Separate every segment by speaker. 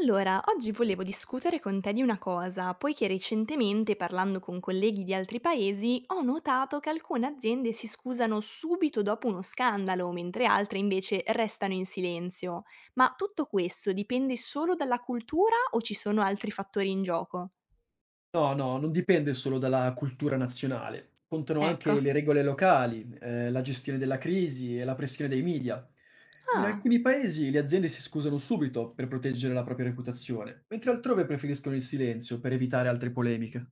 Speaker 1: Allora, oggi volevo discutere con te di una cosa, poiché recentemente, parlando con colleghi di altri paesi, ho notato che alcune aziende si scusano subito dopo uno scandalo, mentre altre invece restano in silenzio. Ma tutto questo dipende solo dalla cultura o ci sono altri fattori in gioco?
Speaker 2: No, no, non dipende solo dalla cultura nazionale. Contano
Speaker 1: Ecco.
Speaker 2: anche le regole locali, la gestione della crisi e la pressione dei media. In
Speaker 1: Ah,
Speaker 2: alcuni paesi le aziende si scusano subito per proteggere la propria reputazione, mentre altrove preferiscono il silenzio per evitare altre polemiche.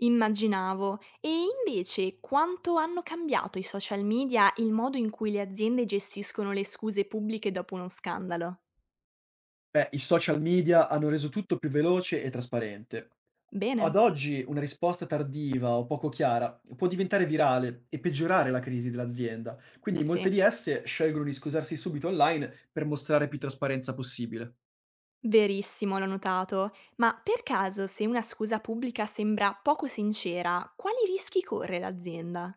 Speaker 1: immaginavo. E invece quanto hanno cambiato i social media il modo in cui le aziende gestiscono le scuse pubbliche dopo uno scandalo?
Speaker 2: Beh, i social media hanno reso tutto più veloce e trasparente. Ad
Speaker 1: Bene,
Speaker 2: oggi una risposta tardiva o poco chiara può diventare virale e peggiorare la crisi dell'azienda, quindi
Speaker 1: sì.
Speaker 2: molte di esse scelgono di scusarsi subito online per mostrare più trasparenza possibile.
Speaker 1: Verissimo, l'ho notato. Ma per caso, se una scusa pubblica sembra poco sincera, quali rischi corre l'azienda?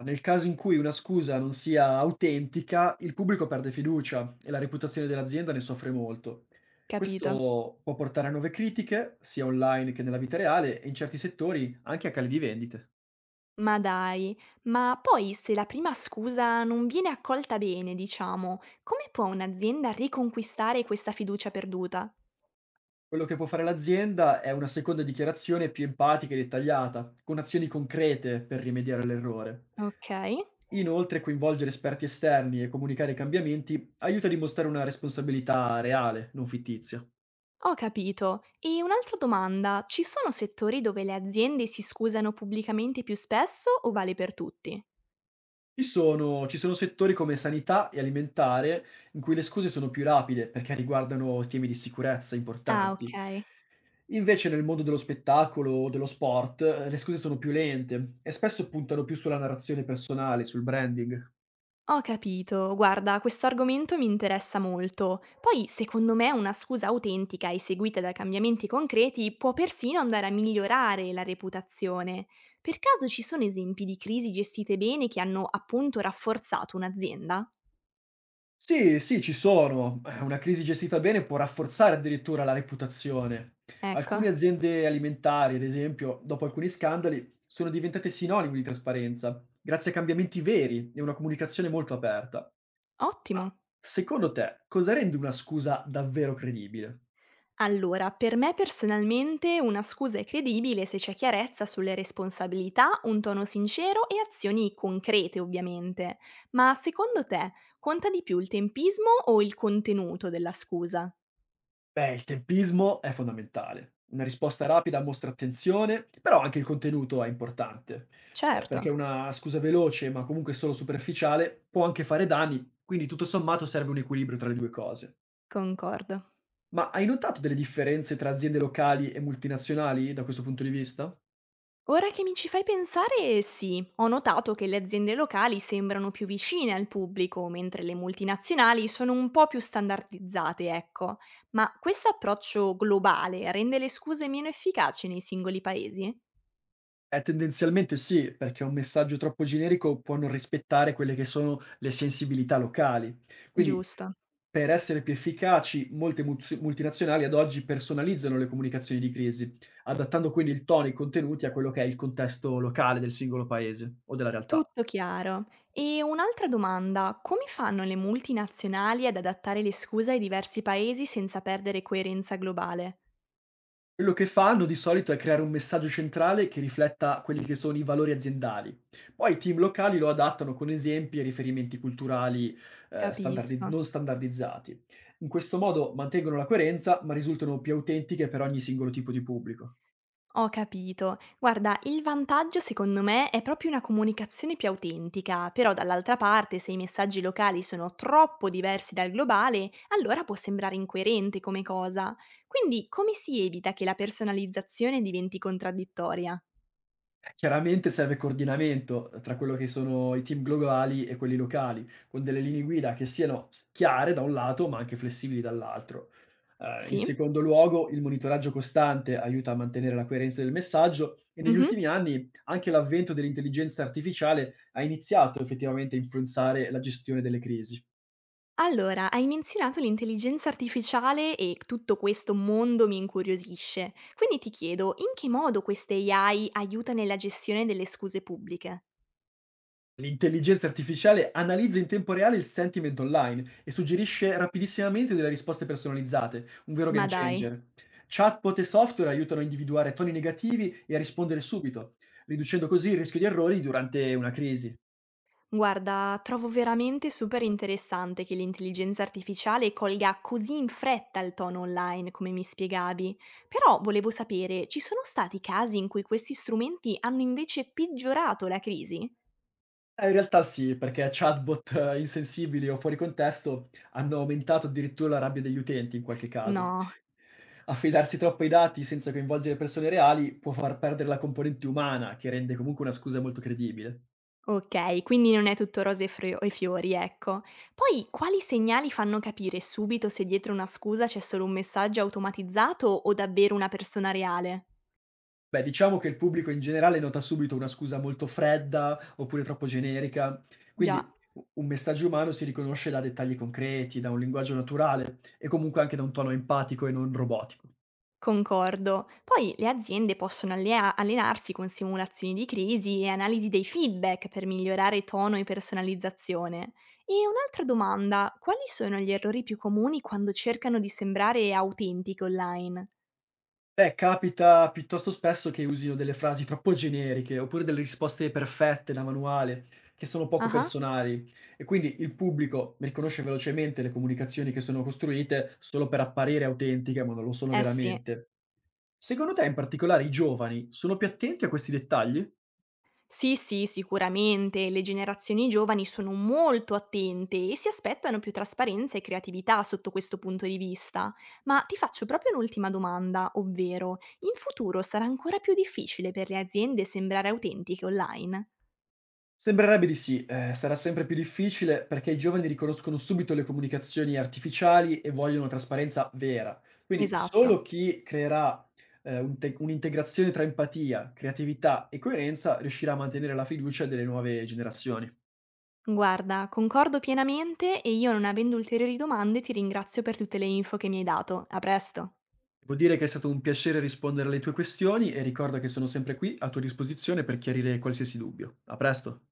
Speaker 2: Nel caso in cui una scusa non sia autentica, il pubblico perde fiducia e la reputazione dell'azienda ne soffre molto.
Speaker 1: Capito.
Speaker 2: Questo può portare a nuove critiche, sia online che nella vita reale, e in certi settori anche a cali di vendite.
Speaker 1: Ma dai, ma poi se la prima scusa non viene accolta bene, diciamo, come può un'azienda riconquistare questa fiducia perduta?
Speaker 2: Quello che può fare l'azienda è una seconda dichiarazione più empatica e dettagliata, con azioni concrete per rimediare all'errore.
Speaker 1: Ok,
Speaker 2: Inoltre, coinvolgere esperti esterni e comunicare i cambiamenti aiuta a dimostrare una responsabilità reale, non fittizia.
Speaker 1: ho capito. E un'altra domanda, ci sono settori dove le aziende si scusano pubblicamente più spesso o vale per tutti?
Speaker 2: Ci sono settori come sanità e alimentare in cui le scuse sono più rapide perché riguardano temi di sicurezza
Speaker 1: Ah,
Speaker 2: importanti.
Speaker 1: ok.
Speaker 2: Invece nel mondo dello spettacolo o dello sport le scuse sono più lente e spesso puntano più sulla narrazione personale, sul branding.
Speaker 1: Ho capito, guarda, questo argomento mi interessa molto. Poi, secondo me, una scusa autentica e seguita da cambiamenti concreti può persino andare a migliorare la reputazione. Per caso ci sono esempi di crisi gestite bene che hanno appunto rafforzato un'azienda?
Speaker 2: Sì, sì, ci sono. Una crisi gestita bene può rafforzare addirittura la reputazione.
Speaker 1: Ecco,
Speaker 2: Alcune aziende alimentari, ad esempio, dopo alcuni scandali, sono diventate sinonimo di trasparenza, grazie a cambiamenti veri e una comunicazione molto aperta.
Speaker 1: ottimo.
Speaker 2: Ma secondo te, cosa rende una scusa davvero credibile?
Speaker 1: Allora, per me personalmente una scusa è credibile se c'è chiarezza sulle responsabilità, un tono sincero e azioni concrete, ovviamente. Ma secondo te conta di più il tempismo o il contenuto della scusa?
Speaker 2: Beh, il tempismo è fondamentale. Una risposta rapida mostra attenzione, però anche il contenuto è importante,
Speaker 1: Certo,
Speaker 2: perché una scusa veloce, ma comunque solo superficiale, può anche fare danni, quindi tutto sommato serve un equilibrio tra le due cose.
Speaker 1: concordo.
Speaker 2: Ma hai notato delle differenze tra aziende locali e multinazionali da questo punto di vista?
Speaker 1: Ora che mi ci fai pensare, sì, ho notato che le aziende locali sembrano più vicine al pubblico, mentre le multinazionali sono un po' più standardizzate, ecco. Ma questo approccio globale rende le scuse meno efficaci nei singoli paesi?
Speaker 2: Tendenzialmente sì, perché un messaggio troppo generico può non rispettare quelle che sono le sensibilità locali. Quindi,
Speaker 1: Giusto.
Speaker 2: per essere più efficaci, molte multinazionali ad oggi personalizzano le comunicazioni di crisi, adattando quindi il tono e i contenuti a quello che è il contesto locale del singolo paese o della realtà.
Speaker 1: Tutto chiaro. E un'altra domanda, come fanno le multinazionali ad adattare le scuse ai diversi paesi senza perdere coerenza globale?
Speaker 2: Quello che fanno di solito è creare un messaggio centrale che rifletta quelli che sono i valori aziendali. Poi i team locali lo adattano con esempi e riferimenti culturali
Speaker 1: Capisco.
Speaker 2: non standardizzati. In questo modo mantengono la coerenza, ma risultano più autentiche per ogni singolo tipo di pubblico.
Speaker 1: Ho capito. Guarda, il vantaggio secondo me è proprio una comunicazione più autentica, però dall'altra parte se i messaggi locali sono troppo diversi dal globale, allora può sembrare incoerente come cosa. Quindi come si evita che la personalizzazione diventi contraddittoria?
Speaker 2: Chiaramente serve coordinamento tra quello che sono i team globali e quelli locali, con delle linee guida che siano chiare da un lato, ma anche flessibili dall'altro. In
Speaker 1: Sì?
Speaker 2: secondo luogo, il monitoraggio costante aiuta a mantenere la coerenza del messaggio e negli
Speaker 1: Mhm.
Speaker 2: ultimi anni anche l'avvento dell'intelligenza artificiale ha iniziato effettivamente a influenzare la gestione delle crisi.
Speaker 1: Allora, hai menzionato l'intelligenza artificiale e tutto questo mondo mi incuriosisce. Quindi ti chiedo, in che modo queste AI aiuta nella gestione delle scuse pubbliche?
Speaker 2: L'intelligenza artificiale analizza in tempo reale il sentiment online e suggerisce rapidissimamente delle risposte personalizzate, un vero game
Speaker 1: Ma dai.
Speaker 2: changer. Chatbot e software aiutano a individuare toni negativi e a rispondere subito, riducendo così il rischio di errori durante una crisi.
Speaker 1: Guarda, trovo veramente super interessante che l'intelligenza artificiale colga così in fretta il tono online, come mi spiegavi. Però volevo sapere, ci sono stati casi in cui questi strumenti hanno invece peggiorato la crisi?
Speaker 2: In realtà sì, perché chatbot insensibili o fuori contesto hanno aumentato addirittura la rabbia degli utenti in qualche caso.
Speaker 1: No.
Speaker 2: Affidarsi troppo ai dati senza coinvolgere persone reali può far perdere la componente umana, che rende comunque una scusa molto credibile.
Speaker 1: Ok, quindi non è tutto rose e e fiori, ecco. Poi, quali segnali fanno capire subito se dietro una scusa c'è solo un messaggio automatizzato o davvero una persona reale?
Speaker 2: Beh, diciamo che il pubblico in generale nota subito una scusa molto fredda oppure troppo generica, quindi
Speaker 1: Già.
Speaker 2: u un messaggio umano si riconosce da dettagli concreti, da un linguaggio naturale e comunque anche da un tono empatico e non robotico.
Speaker 1: Concordo. Poi le aziende possono allenarsi con simulazioni di crisi e analisi dei feedback per migliorare tono e personalizzazione. E un'altra domanda, quali sono gli errori più comuni quando cercano di sembrare autentiche online?
Speaker 2: Beh, capita piuttosto spesso che usino delle frasi troppo generiche oppure delle risposte perfette da manuale che sono poco
Speaker 1: Ah,
Speaker 2: personali e quindi il pubblico riconosce velocemente le comunicazioni che sono costruite solo per apparire autentiche, ma non lo sono
Speaker 1: eh sì.
Speaker 2: veramente. Secondo te, in particolare, i giovani sono più attenti a questi dettagli?
Speaker 1: Sì, sì, sicuramente. Le generazioni giovani sono molto attente e si aspettano più trasparenza e creatività sotto questo punto di vista. Ma ti faccio proprio un'ultima domanda, ovvero, in futuro sarà ancora più difficile per le aziende sembrare autentiche online?
Speaker 2: Sembrerebbe di sì, sarà sempre più difficile perché i giovani riconoscono subito le comunicazioni artificiali e vogliono trasparenza vera. Quindi solo
Speaker 1: Esatto.
Speaker 2: chi creerà un'integrazione tra empatia, creatività e coerenza riuscirà a mantenere la fiducia delle nuove generazioni.
Speaker 1: Guarda, concordo pienamente e io non avendo ulteriori domande ti ringrazio per tutte le info che mi hai dato. A presto.
Speaker 2: Devo dire che è stato un piacere rispondere alle tue questioni e ricorda che sono sempre qui a tua disposizione per chiarire qualsiasi dubbio. A presto!